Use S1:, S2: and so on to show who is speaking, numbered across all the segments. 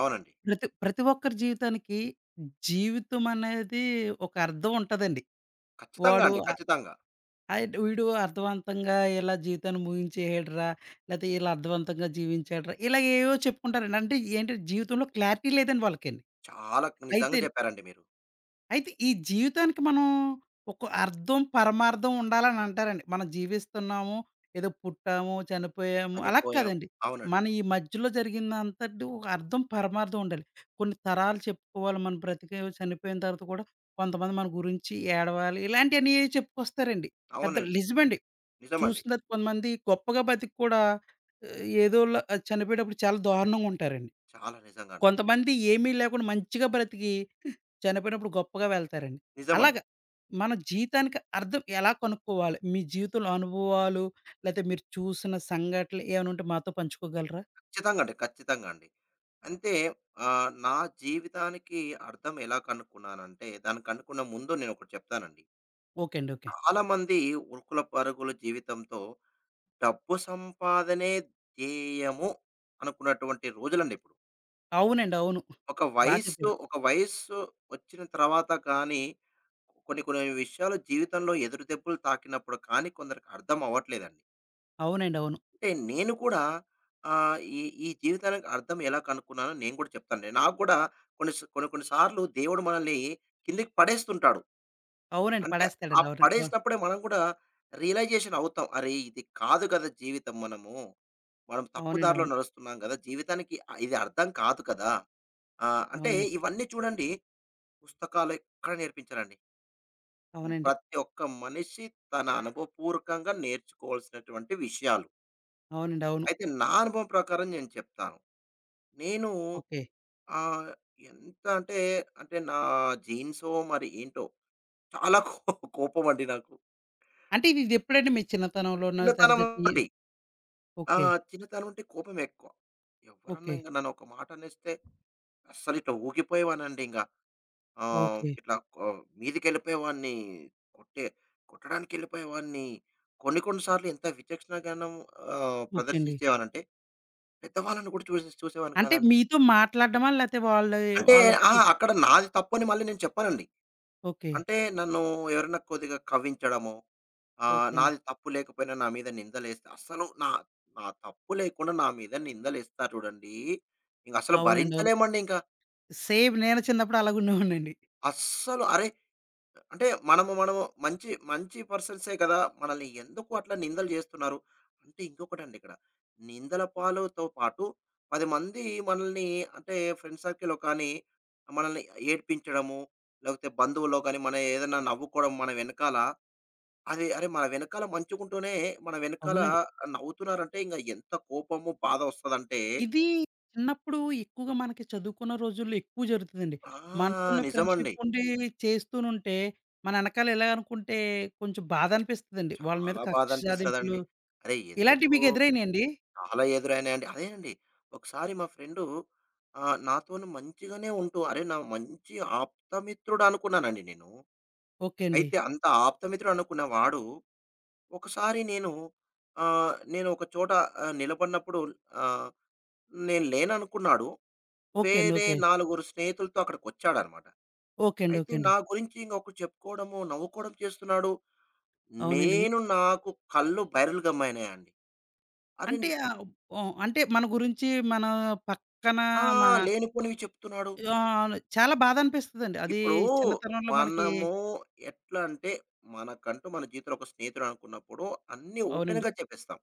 S1: అవునండి.
S2: ప్రతి ప్రతి ఒక్కరి జీవితానికి జీవితం అనేది ఒక అర్థం ఉంటదండి.
S1: ఖచ్చితంగా
S2: వాడు
S1: అండి.
S2: ఆహ్,
S1: ఖచ్చితంగా.
S2: వీడు అర్థవంతంగా ఇలా జీవితాన్ని ముగించేసాడురా! లేతే ఇలా అర్థవంతంగా జీవించాడురా! ఇలా ఏవేవో చెప్పుకుంటారండి. అంటే ఏంటంటే జీవితంలో క్లారిటీ లేదండి వాళ్ళకండి.
S1: చాలా
S2: అయితే
S1: నిజంగా చెప్పారండి మీరు.
S2: అయితే ఈ జీవితానికి మనం ఒక అర్థం, పరమార్థం ఉండాలని అంటారండి. మనం జీవిస్తున్నాము, ఏదో పుట్టాము, చనిపోయాము అలా
S1: చనిపోయాం
S2: కాదండి.
S1: అవునండి.
S2: మన ఈ మధ్యలో జరిగిందంతటి ఒక అర్థం, పరమార్థం ఉండాలి. కొన్ని తరాలు చెప్పుకోవాలి మనం బ్రతికేవో చనిపోయిన తర్వాత కూడా కొంతమంది మన గురించి ఏడవాలి. ఇలాంటియన్నీ చెప్పుకొస్తారండి. పెద్దలు
S1: అవునండి.
S2: నిజమండి.
S1: నిజమండి.
S2: చూసిన కొంతమంది గొప్పగా బతికి కూడా ఏదోలా చనిపోయేటప్పుడు చాలా దారుణంగా ఉంటారండి.
S1: చాలా నిజంగా అండి.
S2: కొంతమంది ఏమీ లేకుండా మంచిగా బ్రతికి చనిపోయినప్పుడు గొప్పగా వెళ్తారండి.
S1: నిజమండి.
S2: అలాగా మన జీవితానికి అర్థం ఎలా కనుక్కోవాలి? మీ జీవితంలో అనుభవాలు లేతే మీరు చూసిన సంఘటనలు ఏమైనా ఉంటే మాతో పంచుకోగలరా?
S1: ఖచ్చితంగా అండి. ఖచ్చితంగా అండి. అంటే నా జీవితానికి అర్థం ఎలా కనుక్కున్నానంటే, దాన్ని కనుక్కున్న ముందు నేనొకటి చెప్తానండి.
S2: ఓకే అండి. ఓకే.
S1: చాలామంది ఉరుకుల పరుగుల జీవితంతో డబ్బు సంపాదనే ధ్యేయము అనుకున్నటువంటి రోజులండి ఇప్పుడు.
S2: అవునండి. అవును.
S1: ఒక
S2: బా
S1: వయస్సు,
S2: చెప్పారు.
S1: ఒక వయస్సు వచ్చిన తర్వాత కానీ కొన్ని కొన్ని విషయాలు జీవితంలో ఎదురు దెబ్బలు తాకినప్పుడు కానీ కొందరికి అర్థం అవ్వట్లేదండి.
S2: అవునండి. అవును.
S1: అంటే నేను కూడా ఈ ఈ జీవితానికి అర్థం ఎలా కనుక్కున్నానో నేను కూడా చెప్తానండి. నాకు కూడా కొన్ని స కొన్ని కొన్ని సార్లు దేవుడు మనల్ని కిందకి పడేస్తుంటాడు.
S2: అవునండి.
S1: అంటే ఆ
S2: పడేస్తాడండి. అవునండి. అవును.
S1: పడేసినప్పుడే మనం కూడా రియలైజేషన్ అవుతాం. అరే! ఇది కాదు కదా జీవితం మనము. మనం తప్పు
S2: అవునండి.
S1: దారిలో
S2: అవును.
S1: నడుస్తున్నాం కదా! జీవితానికి ఇది అర్థం కాదు కదా! అంటే
S2: అవునండి.
S1: ఇవన్నీ చూడండి పుస్తకాలు ఎక్కడ నేర్పించరండి. హ్మ్.
S2: అవునండి.
S1: ప్రతి ఒక్క మనిషి తన అనుభవపూర్వకంగా నేర్చుకోవాల్సినటువంటి విషయాలు.
S2: అవునండి. అవును.
S1: అయితే నా అనుభవం ప్రకారం నేను చెప్తాను. నేను
S2: ఓకే.
S1: ఆహ్, ఎంత అంటే, అంటే నా జీన్సో మరి ఏంటో చాలా కోపమండి నాకు.
S2: అంటే ఇదెప్పుడండి మీ చిన్నతనంలోనా?
S1: చిన్నతనం
S2: తర్వాత టీ
S1: నుండి. ఆ!
S2: ఓకే.
S1: చిన్నతనం నుండి కోపం ఎక్కువ. ఎవరన్నా
S2: ఓకే.
S1: ఇంక నన్ను ఒక మాట అనేస్తే అస్సలు ఇట్లా ఊగిపోయేవాడినండి ఇంగ. ఆహ్,
S2: ఓకే.
S1: ఇట్లా కొ మీదికెళ్ళిపోయేవాడిని. కొట్టే కొట్టడానికెళ్ళిపోయేవాడిని. కొన్ని కొన్ని సార్లు ఎంత విచక్షణ జ్ఞానం
S2: ఓకే అండి.
S1: ప్రదర్శించేవానంటే, పెద్దవాళ్ళని కూడా చూసేవాడిని
S2: అంటే
S1: కాదండి.
S2: మీతో మాట్లాడడమా? లేతే
S1: అంటే
S2: వాళ్ళ
S1: ఆ! అక్కడ నాది తప్పని మళ్ళీ నేను చెప్పనండి.
S2: ఓకే.
S1: అంటే నన్ను ఎవరైనా కొద్దిగా కవ్వించడమో,
S2: ఓకే అండి.
S1: నాది తప్పు లేకపోయినా నా మీద నిందలేస్తే అస్సలు నా నా తప్పు లేకుండా నా మీద నిందలేస్తారు చూడండి. ఇంక అసలు
S2: అవునండి. అవును.
S1: భరించలేమండి ఇంక.
S2: సేమ్ నేను చిన్నప్పుడు అలాగుండేవాడినండి.
S1: అస్సలు అరే! అంటే మనము మనము మంచి మంచి పర్సన్సే కదా! మనల్ని ఎందుకు అట్లా నిందలు జేస్తున్నారు? అంటే ఇంకొకటండి ఇక్కడ. నిందల పాలుతో పాటు 10 మంది మనల్ని అంటే ఫ్రెండ్ సర్కిల్‌లో కానీ, మనల్ని ఏడిపించడము, లేకపోతే బంధువుల్లో కానీ, మనం ఏదైనా నవ్వుకోవడం మన వెనకాల, అది అరే! మన వెనకాల మంచుకుంటూనే మన వెనకాల
S2: అవునండి.
S1: నవ్వుతున్నారంటే ఇంగ ఎంత కోపము, బాధ ఒస్తదంటే
S2: ఇది చిన్నప్పుడు ఎక్కువగా మనకి చదువుకున్న రోజుల్లో ఎక్కువ జరుగుతదండి.
S1: ఆ!
S2: మనతో ఉన్న ఫ్రెండ్‌షిప్
S1: నిజమండి.
S2: ఉండి చేస్తూనుంటే, మన ఎనకాల ఇలా అనుకుంటే కొంచెం బాధ అనిపిస్తదండి. వాళ్ళ మీద
S1: చాలా
S2: కక్ష సాధింపులు
S1: బాధనిపిస్తదండి. అరే!
S2: ఇలాంటివి
S1: ఎందుకు
S2: మీకు ఎదురైనాయండి?
S1: చాలా ఎదురైనాయండి. అదేనండి. ఒకసారి మా ఫ్రెండు నాతోను మంచిగానే ఉంటూ అరే! నా మంచి ఆప్తమిత్రుడు అనుకున్నానండి నేను.
S2: ఓకే అండి.
S1: అయితే అంత ఆప్తమిత్రుడు అనుకున్న వాడు ఒకసారి నేను నేను ఒక చోట నిలబడినప్పుడు ఆహ్, నేను లేననుకున్నాడు.
S2: ఓకే అండి.
S1: వేరే
S2: ఓకే.
S1: నలుగురు స్నేహితులతో అక్కడికొచ్చాడనమాట.
S2: ఓకే అండి. ఓకే
S1: అయితే
S2: అండి.
S1: నా గురించి ఇంకొకడు చెప్పుకోవడము, నవ్వుకోవడం చేస్తున్నాడు.
S2: అవునండి.
S1: నేను నాకు కళ్ళు బైరలు గమ్మైనాయండి. అరే!
S2: అంటే ఓహ్, అంటే మన గురించి మన పక్కన
S1: ఆ!
S2: మన
S1: లేనిపోనివి చెప్తున్నాడు.
S2: చాలా బాధ అనిపిస్తదండి. అది
S1: ఇప్పుడు
S2: చిన్నతనంలో మనకి
S1: మనము ఎట్లా అంటే మనకంటూ మన జీవితంలో ఒక స్నేహితుడు అనుకున్నప్పుడు అన్నీ
S2: అవునండి.
S1: ఓపెన్‌గా చెప్పేస్తాం.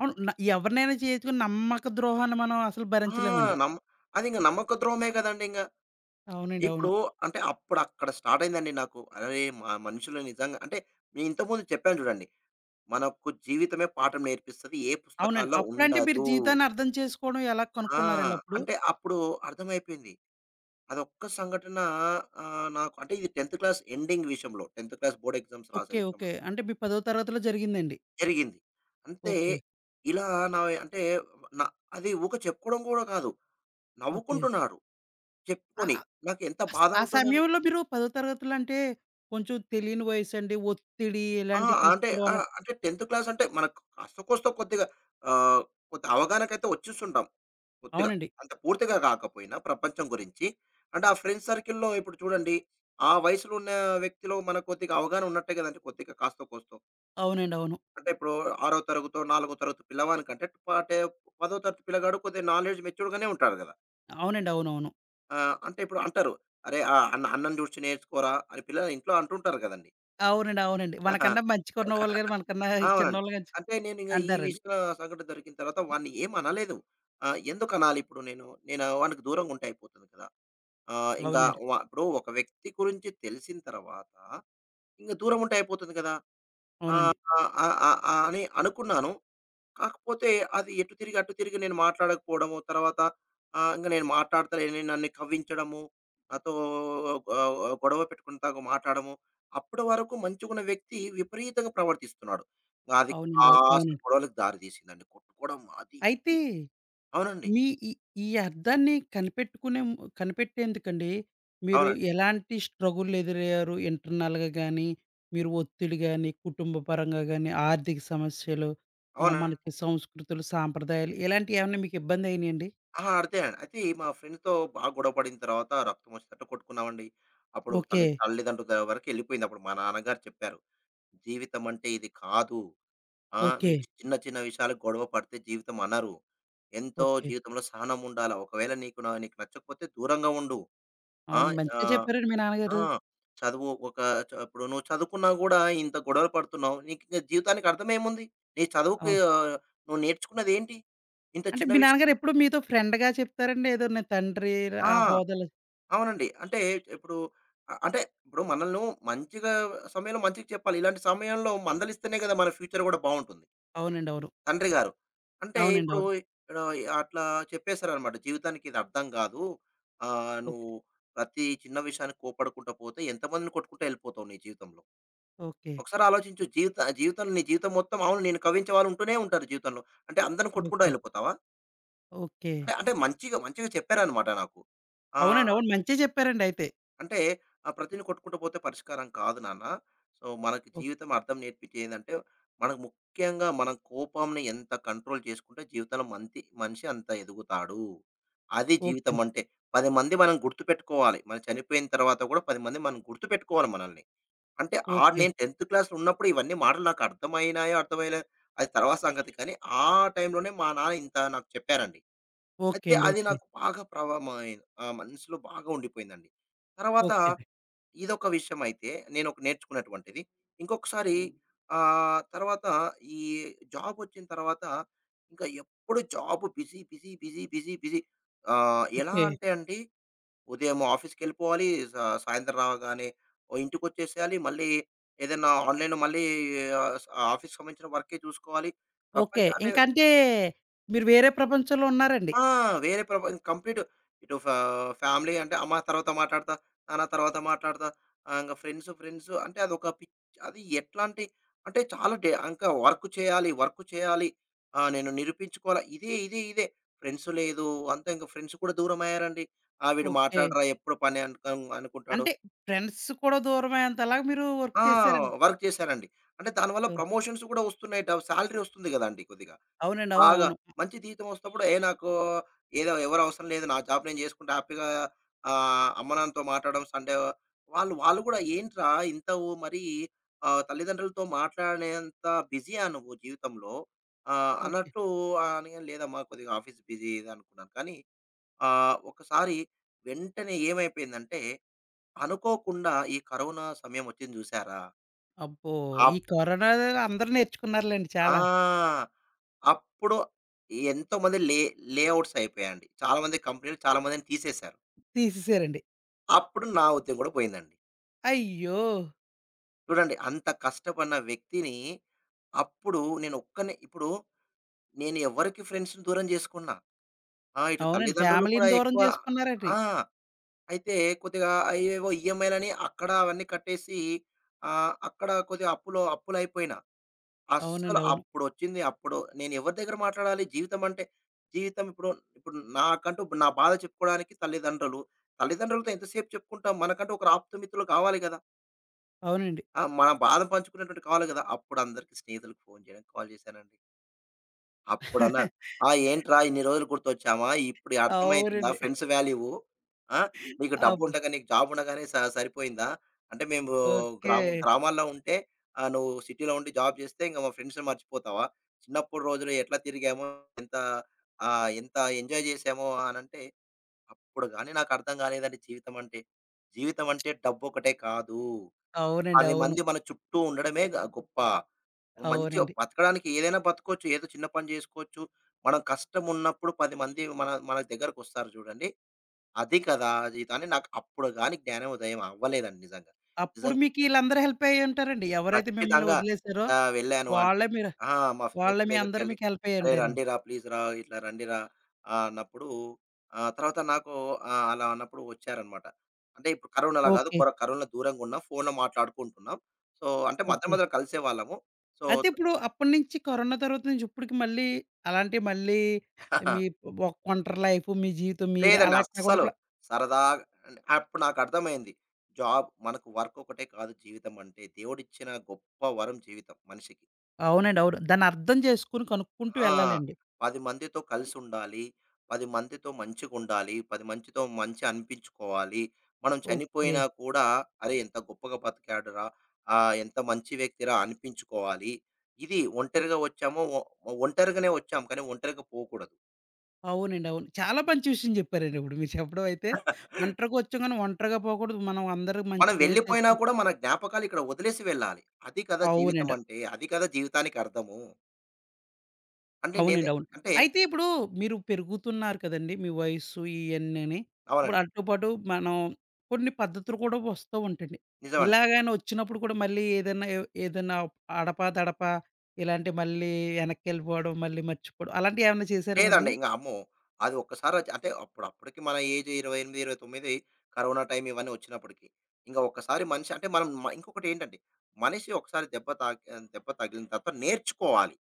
S2: అవును. ఎవరినైనా చేర్చుకుని నమ్మక ద్రోహాన్ని మనం అసలు
S1: ఆ!
S2: భరించలేమండి.
S1: నమ్ అది ఇంక నమ్మక ద్రోహమే కదండీ ఇంగ.
S2: అవునండి.
S1: ఇప్పుడు
S2: అవును.
S1: అంటే అప్పుడు అక్కడ స్టార్ట్ అయిందండి నాకు. అరే! మా మనుషులు నిజంగా అంటే నేను ఇంతకుముందు చెప్పాను చూడండి. మనకు జీవితమే పాఠం నేర్పిస్తది. ఏ
S2: అవునండి.
S1: పుస్తకాల్లో
S2: అప్పుడంటే మీరు
S1: ఉండదు.
S2: జీవితాన్ని అర్థం చేసుకోవడం ఎలా
S1: ఆ!
S2: కనుక్కున్నారండి అప్పుడు?
S1: అంటే అప్పుడు అర్థమైపోయింది. అదొక్క సంఘటన నాకు అంటే ఇది 10థ్ క్లాస్ ఎండింగ్ విషయంలో 10థ్ క్లాస్ బోర్డ్ ఎగ్జామ్స్ రాసే
S2: ఓకే.
S1: విషయంలో.
S2: ఓకే. అంటే మీ 10వ తరగతిలో జరిగిందండి.
S1: జరిగింది. అంతే
S2: ఓకే.
S1: ఇలా నా అంటే నా అది ఊకె చెప్పుకోవడం కూడా కాదు.
S2: ఓకే.
S1: నవ్వుకుంటున్నాడు
S2: ఆ!
S1: చెప్పుకొని.
S2: ఆ!
S1: నాకెంత
S2: అస్
S1: బాధ
S2: ఆ
S1: ఉంటుందని
S2: సమయంలో మీరు 10వ తరగతులు అంటే కొంచెం తెలియని వయసండి. ఒత్తిడి
S1: ఆ!
S2: ఇలాంటివి
S1: అంటే
S2: తీసుకోవడం
S1: ఆ!
S2: వల్ల
S1: అంటే 10థ్ క్లాస్ అంటే మనకు కాస్తో కోస్తో కొద్దిగా ఆహ్, కొంత అవగాహనకైతే వచ్చేస్తుంటాం కొద్దిగా.
S2: అవునండి.
S1: అంత పూర్తిగా కాకపోయినా ప్రపంచం గురించి. అంటే ఆ ఫ్రెండ్స్ సర్కిల్‌లో ఇప్పుడు చూడండి ఆ వయసులో ఉన్న వ్యక్తిలో మనకు కొద్దిగా అవగాహన ఉన్నట్టే కదండీ కొద్దిగా కాస్తో కోస్తో.
S2: అవునండి. అవును.
S1: అంటే ఇప్పుడు 6వ తరగతో, 4వ తరగతి పిల్లవానికంటే ప టే 10వ తరగతి పిల్లగాడు కొద్దిగా నాలెడ్జ్ మెచ్యూర్‌గానే ఉంటాడు కదా!
S2: అవునండి. అవునవును.
S1: ఆ! అంటే ఇప్పుడు అంటారు. "అరే! ఆ! అన్నని చూసి నేర్చుకోరా" అని పిల్లలు ఇంట్లో అంటుంటారు కదండీ.
S2: అవునండి. అవునండి. మనకన్నా మంచిగున్నవాళ్ళు గాని, మనకన్నా
S1: అవునండి.
S2: చిన్నోళ్ళు గాని
S1: అంటే నేనింగ ఈ
S2: అంటారండి.
S1: విషయం సంఘటన జరిగిన తర్వాత వాడిని ఏం అనలేదు. ఎందుకనాలి ఇప్పుడు నేను? నేను వానికి దూరంగా ఉంటే అయిపోతుంది కదా! ఆహ్, ఇంగా
S2: అవునండి.
S1: వ ఇప్పుడు ఒక వ్యక్తి గురించి తెలిసిన తర్వాత ఇంగ దూరం ఉంటే అయిపోతుంది కదా! ఆహ్,
S2: అవునండి.
S1: ఆహ్, ఆహ్, ఆహ్, అని అనుకున్నాను. కాకపోతే అది ఎటు తిరిగి, అటు తిరిగి నేను మాట్లాడకపోవడము, తర్వాత ఇంక నేను మాట్లాడతలేనని నన్ను కవ్వించడము, నాతో ఆహ్, ఆహ్, గొడవ పెట్టుకుని తను మాట్లాడము. అప్పటి వరకు మంచిగున్న వ్యక్తి విపరీతంగా ప్రవర్తిస్తున్నాడు. ఇంకా అది
S2: అవునండి. అవును.
S1: కాస్త
S2: అవునండి.
S1: గొడవలకు దారి తీసిందండి. కొట్టుకోవడం అది
S2: అయితే
S1: ఇది. అవునండి.
S2: మీ ఈ ఈ అర్థాన్ని కనిపెట్టుకునే ము కనిపెట్టేందుకండి మీరు
S1: అవునండి.
S2: ఎలాంటి స్ట్రగుల్ ఎదురయ్యారు? ఇంటర్నల్‌గా గానీ, మీరు ఒత్తిడి గానీ, కుటుంబ పరంగా గానీ, ఆర్థిక సమస్యలు,
S1: అవునండి.
S2: మనకి సంస్కృతులు, సాంప్రదాయాలు ఇలాంటియేమన్నా మీకు ఇబ్బందయినియండి?
S1: అహా! అడితే అండి అయితే మా ఫ్రెండ్‌తో బాగా గొడవ పడిన తర్వాత రక్తం వచ్చేటట్టు కొట్టుకున్నామండి. అప్పుడు
S2: ఓకే.
S1: తల్లిదండ్రుల వరకు ఎళ్ళిపోయింది. అప్పుడు మా నాన్నగారు చెప్పారు. "జీవితం అంటే ఇది కాదు." ఆ!
S2: ఓకే.
S1: మీరు చిన్న చిన్న విషయాలకు గొడవ పడితే జీవితం అనరు. ఎంతో
S2: ఓకే.
S1: జీవితంలో సహనం ఉండాల. ఒకవేళ నీకు నచ్చకపోతే దూరంగా ఉండు. ఆ!
S2: అవును. మంచిగా
S1: ఆహ్,
S2: చెప్పారండి మీ
S1: ఆ!
S2: నాన్నగారు.
S1: చదువు ఒక చ ఇప్పుడు నువ్వు చదువుకున్నా గూడా ఇంత గొడవలు పడుతున్నావు. నీకు ఇంక జీవితానికి అర్థమేముంది? నీ చదువుకి
S2: అవును.
S1: నువ్వు నేర్చుకున్నదేంటి? ఇంత
S2: అంటే
S1: చిన్న
S2: మీ
S1: విషయం
S2: నాన్నగారు ఎప్పుడు మీతో ఫ్రెండ్‌గా చెప్తారండి? ఏదో నేను తండ్రి ఆ
S1: ఆ!
S2: హోదాలో
S1: అవునండి. అంటే ఇప్పుడు అంటే ఇప్పుడు మనల్ని మంచిగా సమయంలో మంచిగా చెప్పాలి. ఇలాంటి సమయంలో మందలిస్తేనే కదా! మన ఫ్యూచర్ గూడా బావుంటుంది.
S2: అవునండి. అవును.
S1: తండ్రి గారు. అంటే
S2: అవునండి.
S1: ఇప్పుడు
S2: అవును.
S1: ఇక్కడ అట్లా చెప్పేసారనమాట. జీవితానికి ఇది అర్థం గాదు. నువ్వు
S2: ఓకే.
S1: ప్రతి చిన్న విషయానికి కోప్పడకుంట పోతే ఎంతమందిని కొట్టుకుంటూ ఎళ్ళిపోతావు నీ జీవితంలో.
S2: ఓకే.
S1: ఒకసారి ఆలోచించు జీవితంలో నీ జీవితం మొత్తం అవును నేను కవ్వించే వాళ్ళు ఉంటూనే ఉంటారు జీవితంలో. అంటే అందరిని కొట్టుకుంటా
S2: ఓకే.
S1: ఎళ్ళిపోతావా?
S2: ఓకే.
S1: అంటే అంటే మంచిగా మంచిగా చెప్పారనమాట నాకు. ఆ!
S2: అవునండి. అవును. మంచే చెప్పారండి అయితే.
S1: అంటే ఆ! ప్రతిని కొట్టుకుంటూ పోతే పరిష్కారం కాదు నాన్న. సో, మనకి
S2: ఓహ్!
S1: జీవితం అర్థం నేర్పించేది ఏందంటే, మనకు ముఖ్యంగా మన కోపంని ఎంత కంట్రోల్ చేసుకుంటే జీవితంలో మంతి మనిషి అంత ఎదుగుతాడు. అది
S2: ఓకే
S1: జీవితం
S2: అండి.
S1: అంటే. 10 మంది మనం గుర్తుపెట్టుకోవాలి. మనం చనిపోయిన తర్వాత కూడా 10 మంది మనం గుర్తుపెట్టుకోవాలి మనల్ని. అంటే ఆడు
S2: ఓకే.
S1: నేను 10థ్ క్లాస్‌లో ఉన్నప్పుడు ఇవన్నీ మాటలు నాకు అర్థమైనాయో, అది తర్వాత సంగతి కానీ, ఆ టైంలోనే మా నాన్న ఇంత నాకు చెప్పారండి.
S2: ఓకే
S1: అయితే
S2: అండి.
S1: అది
S2: ఓకే.
S1: నాకు బాగా ప్రభావం అయి మనసులో బాగా ఉండిపోయిందండి. తర్వాత
S2: ఓకే అండి.
S1: ఇదొక విషయం అయితే నేను ఒక నేర్చుకున్నటువంటిది. ఇంకొకసారి హ్మ్. తర్వాత ఈ జాబ్ వచ్చిన తర్వాత ఇంకా ఎప్పుడు job busy, busy, busy, busy, busy ఎలా
S2: ఓకే.
S1: అంటే అండి ఉదయం ఆఫీస్‌కెళ్ళిపోవాలి. సాయంత్రం రాగానే ఓ ఇంటికొచ్చేసేయాలి. మళ్ళీ ఏదైనా ఆన్‌లైన్‌లో మళ్ళీ ఆహ్, ఆఫీస్‌కి సంబంధించిన వర్కే చూసుకోవాలి.
S2: ఓకే.
S1: అంటే
S2: ఇంకంటే మీరు వేరే ప్రపంచంలో ఉన్నారండి.
S1: ఆ! వేరే ప్రపం కంప్లీట్ ఇటు ఫా ఫ్యామిలీ అంటే అమ్మ తర్వాత మాట్లాడతా, నాన్న తర్వాత మాట్లాడతా, ఇంగ ఫ్రెండ్స్ అంటే అదొక పిచ్ అది ఎట్లాంటి అంటే చాలా డే ఇంకా వర్క్ చేయాలి, వర్క్ చేయాలి. ఆ! నేను నిరూపించుకోవాలి. ఇదే, ఇదే, ఇదే. ఫ్రెండ్స్ లేదు. అంతా ఇంక ఫ్రెండ్స్ కూడా దూరం అయ్యారండి. ఆ! వీడు
S2: ఓకే.
S1: మాట్లాడరా ఎప్పుడు పని అనుకుంటాడు.
S2: అంటే ఫ్రెండ్స్ కూడా దూరమయ్యేంతలాగా మీరు వర్క్
S1: ఆ!
S2: చేశారండి.
S1: వర్క్ చేశానండి. అంటే దానివల్ల
S2: ఓహ్!
S1: ప్రమోషన్స్ కూడా వస్తున్నాయి. సాలరీ వస్తుంది కదండీ కొద్దిగా.
S2: అవునండి.
S1: బాగా
S2: అవునవును.
S1: మంచి జీతం వస్తున్నప్పుడు ఏ నాకు ఏదో ఎవరు అవసరం లేదు. నా జాబ్ నేను చేసుకుంటా హ్యాపీగా అమ్మ నాన్నతో మాట్లాడడం సండే వాళ్ళు వాళ్ళు కూడా ఏంట్రా ఇంత ఓ మరి తల్లిదండ్రులతో మాట్లాడేంత బిజీయా నువ్వు జీవితంలో
S2: ఓకే.
S1: అన్నట్టు అని లేదమ్మా కొద్దిగా ఆఫీస్ బిజీ ఇది అనుకున్నాను. కానీ ఒకసారి వెంటనే ఏమైపోయిందంటే అనుకోకుండా ఈ కరోనా సమయం వచ్చింది చూసారా?
S2: అబ్బో! ఈ
S1: అప్
S2: కరోనా అందరూ నేర్చుకున్నారులెండి
S1: ఆ!
S2: చాలా.
S1: అప్పుడు ఎంతోమంది లేఔట్స్ అయిపోయాయండి. చాలామంది కంపెనీలు చాలామందిని తీసేశారు.
S2: తీసేసారండి.
S1: అప్పుడు నా ఉద్యోగం కూడా పోయిందండి.
S2: అయ్యో!
S1: చూడండి అంత కష్టపడిన వ్యక్తిని అప్పుడు నేను ఒక్కడినే ఇప్పుడు నేను ఎవరికి ఫ్రెండ్స్‌ని దూరం చేసుకున్నా. ఆ! ఇటు
S2: అవునండి.
S1: తల్లిదండ్రులు కూడా
S2: ఫ్యామిలీని దూరం
S1: ఎక్కువ
S2: చేసుకున్నారండి.
S1: ఆ! అయితే కొద్దిగా అయ్యేవో ఈఎంఐలని అక్కడ అవన్నీ కట్టేసి అక్కడ కొద్దిగా అప్పులయిపోయినా. అస్సలు
S2: అవునండి. అవును.
S1: అప్పుడొచ్చింది. అప్పుడు నేనెవరి దగ్గర మాట్లాడాలి? జీవితం అంటే, జీవితం ఇప్పుడు ఇప్పుడు నాకంటూ నా బాధ చెప్పుకోవడానికి తల్లిదండ్రులు. తల్లిదండ్రులతో ఎంతసేపు చెప్పుకుంటాం? మనకంటూ ఒకరు ఆప్తుమిత్రులు కావాలి గదా!
S2: అవునండి.
S1: ఆ! మన బాధ పంచుకునేటువంటి కావాలి గదా! అప్పుడు అందరికి స్నేహితులకు ఫోను చేయడానికి కాల్ చేశానండి. అప్పుడన్నారు. "ఆ! ఏంట్రా ఇన్ని రోజులు గుర్తొచ్చామా? ఇప్పుడు అర్థమైతుందా
S2: అవునండి.
S1: Friends value. ఆ! నీకు
S2: అప్పుడు
S1: డబ్బుండగా, నీకు జాబుండగానే సరిపోయిందా? అంటే మేము
S2: ఓకే.
S1: గ్రామ గ్రామాల్లో ఉంటే నువ్వు సిటీలో ఉండి జాబ్ చేస్తే ఇంక మా ఫ్రెండ్స్‌ని మర్చిపోతావా? చిన్నప్పుడు రోజులు ఎట్లా తిరిగామో, ఎంత ఎంత ఎంజాయ్ చేసామో" అనంటే, అప్పుడు గాని నాకర్థం కాలేదండి జీవితం అంటే. జీవితం అంటే డబ్బొకటే కాదు.
S2: అవునండి.
S1: 10
S2: అవును.
S1: మంది మన చుట్టూ ఉండడమే గొప్ప. మంచిగా
S2: అవునండి.
S1: బతకడానికి ఏదైనా బతకొచ్చు. ఏదో చిన్న పని జేసుకోవచ్చు. మనం కష్టం ఉన్నప్పుడు 10 మంది మన మన దగ్గరకొస్తారు జూడండి. అది కదా! జీవితం అని నాకు అప్పుడు గాని జ్ఞానోదయం అవ్వలేదండి నిజంగా.
S2: అప్పుడు
S1: నిజంగా
S2: మీకు ఈళ్ళందరూ హెల్ప్ అయ్యుంటారండి. ఎవరైతే మిమ్మల్ని
S1: ఖచ్చితంగా
S2: వదిలేసారో
S1: వెళ్ళాను అంటే
S2: వాళ్ళే మీరు
S1: ఆ! మా
S2: వాళ్ళే
S1: స్నేహితుల
S2: మీ అందరూ
S1: దగ్గరికెళ్ళి
S2: మీకు హెల్ప్
S1: "అరే!
S2: అయ్యుంటారండి.
S1: రండిరా ప్లీజ్ రా, ఇట్లా రండిరా" అన్నప్పుడు తర్వాత నాకు అలా అన్నప్పుడు వచ్చారనమాట. అంటే ఇప్పుడు కరోనాలా గాదు.
S2: ఓకే.
S1: కరోనా దూరంగున్నాం. ఫోన్‌లో మాట్లాడుకుంటున్నాం. సో, అంటే మధ్య
S2: ఓకే.
S1: మధ్యలో కలిసేవాళ్ళము. సో
S2: అయితే ఇప్పుడు అప్పటినుంచి కరోనా తర్వాత నుంచి ఇప్పటికి మళ్ళీ అలాంటివి మళ్ళీ మీ ఒక ఒంటరి లైఫ్, మీ జీవితం మీరే
S1: లేదండి.
S2: అలా కాకుండా
S1: అస్సలు.
S2: ఇప్పుడు
S1: సరదాగా అండ్ అప్పుడు నాకర్థమైంది. జాబ్ మనకు వర్క్ ఒకటే కాదు జీవితం అంటే. దేవుడిచ్చిన గొప్ప వరం జీవితం మనిషికి.
S2: అవునండి. అవును. దాన్ని అర్థం చేసుకొని కనుక్కుంటూ
S1: ఆ!
S2: వెళ్ళాలండి.
S1: 10 మందితో కలిసుండాలి. 10 మందితో మంచిగుండాలి. 10 మంచితో మంచి అనిపించుకోవాలి. మనం
S2: ఓకే.
S1: చనిపోయినా కూడా అరే! ఎంత గొప్పగా బతికాడురా! ఎంత మంచి వ్యక్తిరా అనిపించుకోవాలి. ఇది ఒంటరిగా వచ్చాము. ఒంటరిగానే వచ్చాం. కానీ ఒంటరిగా పోకూడదు.
S2: అవునండి. అవును. చాలా మంచి విషయం చెప్పారండి ఇప్పుడు మీరు చెప్పడం అయితే. ఒంటరిగా వచ్చాం గానీ ఒంటరిగా పోకూడదు. మనం అందరూ
S1: మనం
S2: మంచి పేరు
S1: వెళ్ళిపోయినా
S2: తెచ్చుకొని
S1: కూడా మన జ్ఞాపకాలు ఇక్కడ వదిలేసి వెళ్ళాలి. అది కదా జీవితం
S2: అవునండి.
S1: అంటే. అది కదా జీవితానికి అర్థము. అంటే నేను
S2: అవునండి. అవును.
S1: అంటే
S2: అయితే ఇప్పుడు మీరు పెరుగుతున్నారు కదండీ! మీ వయస్సు ఇయన్నీని. ఇప్పుడు
S1: అవునండి.
S2: అటు పాటు మనం కొన్ని పద్ధతులు కూడా వస్తూ ఉంటాయండి.
S1: నిజమండి.
S2: ఇలాగని వచ్చినప్పుడు కూడా మళ్ళీ ఏదైనా ఏదైనా అడపా దడపా ఇలాంటి మళ్ళీ వెనక్కెళ్ళిపోవడం, మళ్ళీ మర్చిపోవడం అలాంటియేమన్నా చేశారా మళ్ళీ?
S1: లేదండి. ఇంక అమ్మో! అది ఒక్కసారి వచ్చి అంటే అప్పుడు అప్పటికి మన ఏజ్ 28, 29 కరోనా టైమ్ ఇవన్నీ వచ్చినప్పటికి. ఇంక ఒక్కసారి మనిషి అంటే మనం మ ఇంకొకటేంటంటే మనిషి ఒకసారి దెబ్బ తగిలిన తర్వాత నేర్చుకోవాలి.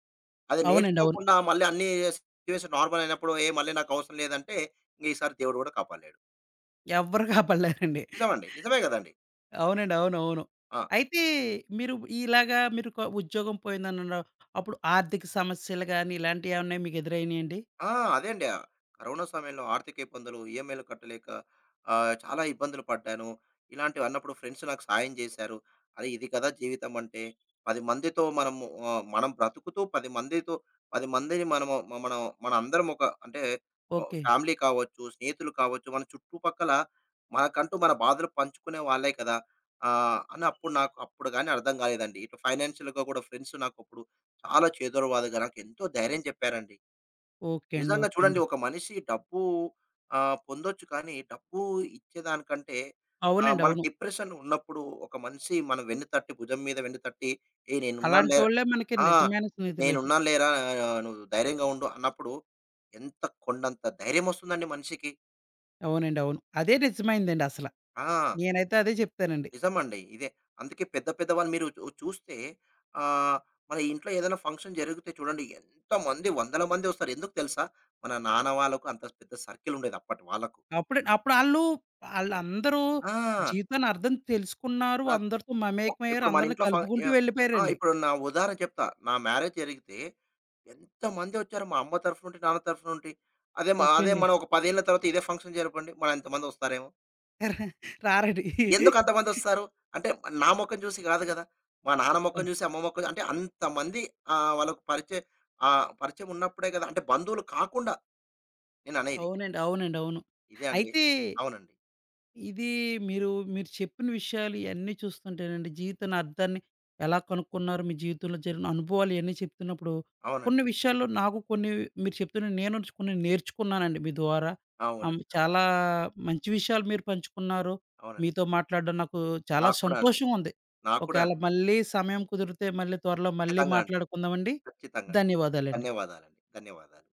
S1: అది
S2: అవునండి. అవును.
S1: నేర్చుకోకుండా మళ్ళీ అన్ని సిట్యుయేషన్ నార్మల్ అయినప్పుడు ఏ మళ్ళీ నాకు అవసరం లేదంటే ఇంక ఈసారి దేవుడు కూడా కాపాడలేడు.
S2: ఎవ్వరు కాపాడలేరండి.
S1: నిజమండి. నిజమే గదండీ!
S2: అవునండి. అవును. అవును.
S1: ఆ!
S2: అయితే మీరు ఇలాగా మీరు ఉద్యోగం పోయిందన్నారు. అప్పుడు ఆర్థిక సమస్యలు గాని ఇలాంటియేమన్నా మీకు ఎదురైనాయండి?
S1: ఆ! అదే అండి. కరోనా సమయంలో ఆర్థిక ఇబ్బందులు, ఈఎంఐలు కట్టలేక చాలా ఇబ్బందులు పడ్డాను. ఇలాంటివి అన్నప్పుడు ఫ్రెండ్స్ నాకు సాయం చేశారు. అరే! ఇది కదా జీవితం అంటే. 10 మందితో మనము మనం బ్రతుకుతూ 10 మందితో 10 మందిని మనము మ మనం మనందరం ఒక అంటే ఓ
S2: ఓకే.
S1: ఫ్యామిలీ కావచ్చు, స్నేహితులు కావచ్చు, మన చుట్టుపక్కల మనకంటూ మన బాధలు పంచుకునే వాళ్ళే కదా! అని అప్పుడు నాకు అప్పుడు గాని అర్థం కాలేదండి. ఇటు ఫైనాన్షియల్‌గా కూడా ఫ్రెండ్స్ నాకప్పుడు చాలా చేదోడవాదోడుగా నాకెంతో ధైర్యం చెప్పారండి.
S2: ఓకే అండి.
S1: నిజంగా
S2: ఓకే
S1: చూడండి
S2: అండి.
S1: ఒక మనిషి డబ్బు పొందొచ్చు కానీ డబ్బు ఇచ్చేదానికంటే
S2: అవునండి.
S1: మన
S2: అవును.
S1: డిప్రెషన్ ఉన్నప్పుడు ఒక మనిషి భుజం మీద వెన్ను తట్టి "ఏయ్! నేనున్నాను లేరా"
S2: అలాంటోళ్ళే మనకి
S1: ఆ!
S2: నిజమైన స్నేహితులండి.
S1: "నేనున్నాను లేరా నువ్వు ధైర్యంగా ఉండు" అన్నప్పుడు ఎంత కొండంత ధైర్యం వస్తుందండి మనిషికి.
S2: అవునండి. అవును. అదే నిజమైందండి అసల.
S1: ఆ!
S2: నేనైతే అదే చెప్తానండి.
S1: నిజమండి. ఇదే. అందుకే పెద్ద పెద్ద వాళ్ళు మీరు చూస్తే ఆహ్, మన ఇంట్లో ఏదైనా ఫంక్షన్ జరిగితే చూడండి ఎంతమంది వందల మంది వస్తారు. ఎందుకు తెలుసా? మన నాన్న వాళ్ళకు అంత పెద్ద సర్కిల్ ఉండేది అప్పటి వాళ్ళకు.
S2: అప్పుడు అప్పుడు ఆళ్ళు ఆళ్ళందరూ
S1: ఆ!
S2: జీవితాన్ని అర్థం తెలుసుకున్నారు.
S1: ఆహ్,
S2: అందరితో
S1: ఒక్
S2: మమేకమయ్యారు.
S1: ఇప్పుడు మన
S2: అందరిని
S1: ఇంట్లో
S2: కలుపుకుంటూ
S1: యాహ్! ఆ!
S2: వెళ్ళిపోయారండి.
S1: ఇప్పుడు నా ఉదాహరణ చెప్తా. నా మ్యారేజ్ జరిగితే ఎంతమందొచ్చారు మా అమ్మ తరఫు నుండి, నాన్న తరఫు నుండి.
S2: ఓకే
S1: అదే
S2: అండి.
S1: మనం ఒక 10 ఏళ్ల తర్వాత ఇదే ఫంక్షన్ జరపండి. మన ఎంతమందొస్తారేమో!
S2: రారండి.
S1: ఎందుకు అంతమందొస్తారు? అంటే నా మొఖం చూసి కాదు కదా! మా నాన్న మొఖం చూసి, అమ్మ మొఖం అంటే అంతమంది ఆహ్, వాళ్ళకి పరిచయ పరిచయం ఉన్నప్పుడే కదా! అంటే బంధువులు కాకుండా నేననేది.
S2: అవునండి. అవునండి. అవును.
S1: ఇదే అండి.
S2: అయితే
S1: అవునండి.
S2: ఇది మీరు, మీరు చెప్పిన విషయాలు ఇయన్నీ చూస్తుంటేనండి, జీవితాన్ని అర్థాన్ని ఎలా కనుక్కున్నారు, మీ జీవితంలో జరిగిన అనుభవాలు ఇయన్నీ చెప్తున్నప్పుడు,
S1: అవునండి.
S2: కొన్ని విషయాల్లో నాకు కొన్ని మీరు చెప్తున్న నేను కొన్ని నేర్చుకున్నానండి మీ ద్వారా.
S1: అవునండి. నిజమండి.
S2: చాలా మంచి విషయాలు మీరు పంచుకున్నారు.
S1: అవునండి.
S2: మీతో మాట్లాడడం నాకు చాలా
S1: నాకు కూడా అండి.
S2: సంతోషంగా ఉంది.
S1: నాకు కూడా
S2: ఒకవేళ
S1: అండి.
S2: మళ్ళీ సమయం కుదిరితే మళ్ళీ త్వరలో మళ్ళీ
S1: ఖచ్చితంగా అండి.
S2: మాట్లాడుకుందామండి.
S1: ఖచ్చితంగా. అండి.
S2: ధన్యవాదాలండి.
S1: ధన్యవాదాలండి. ధన్యవాదాలు.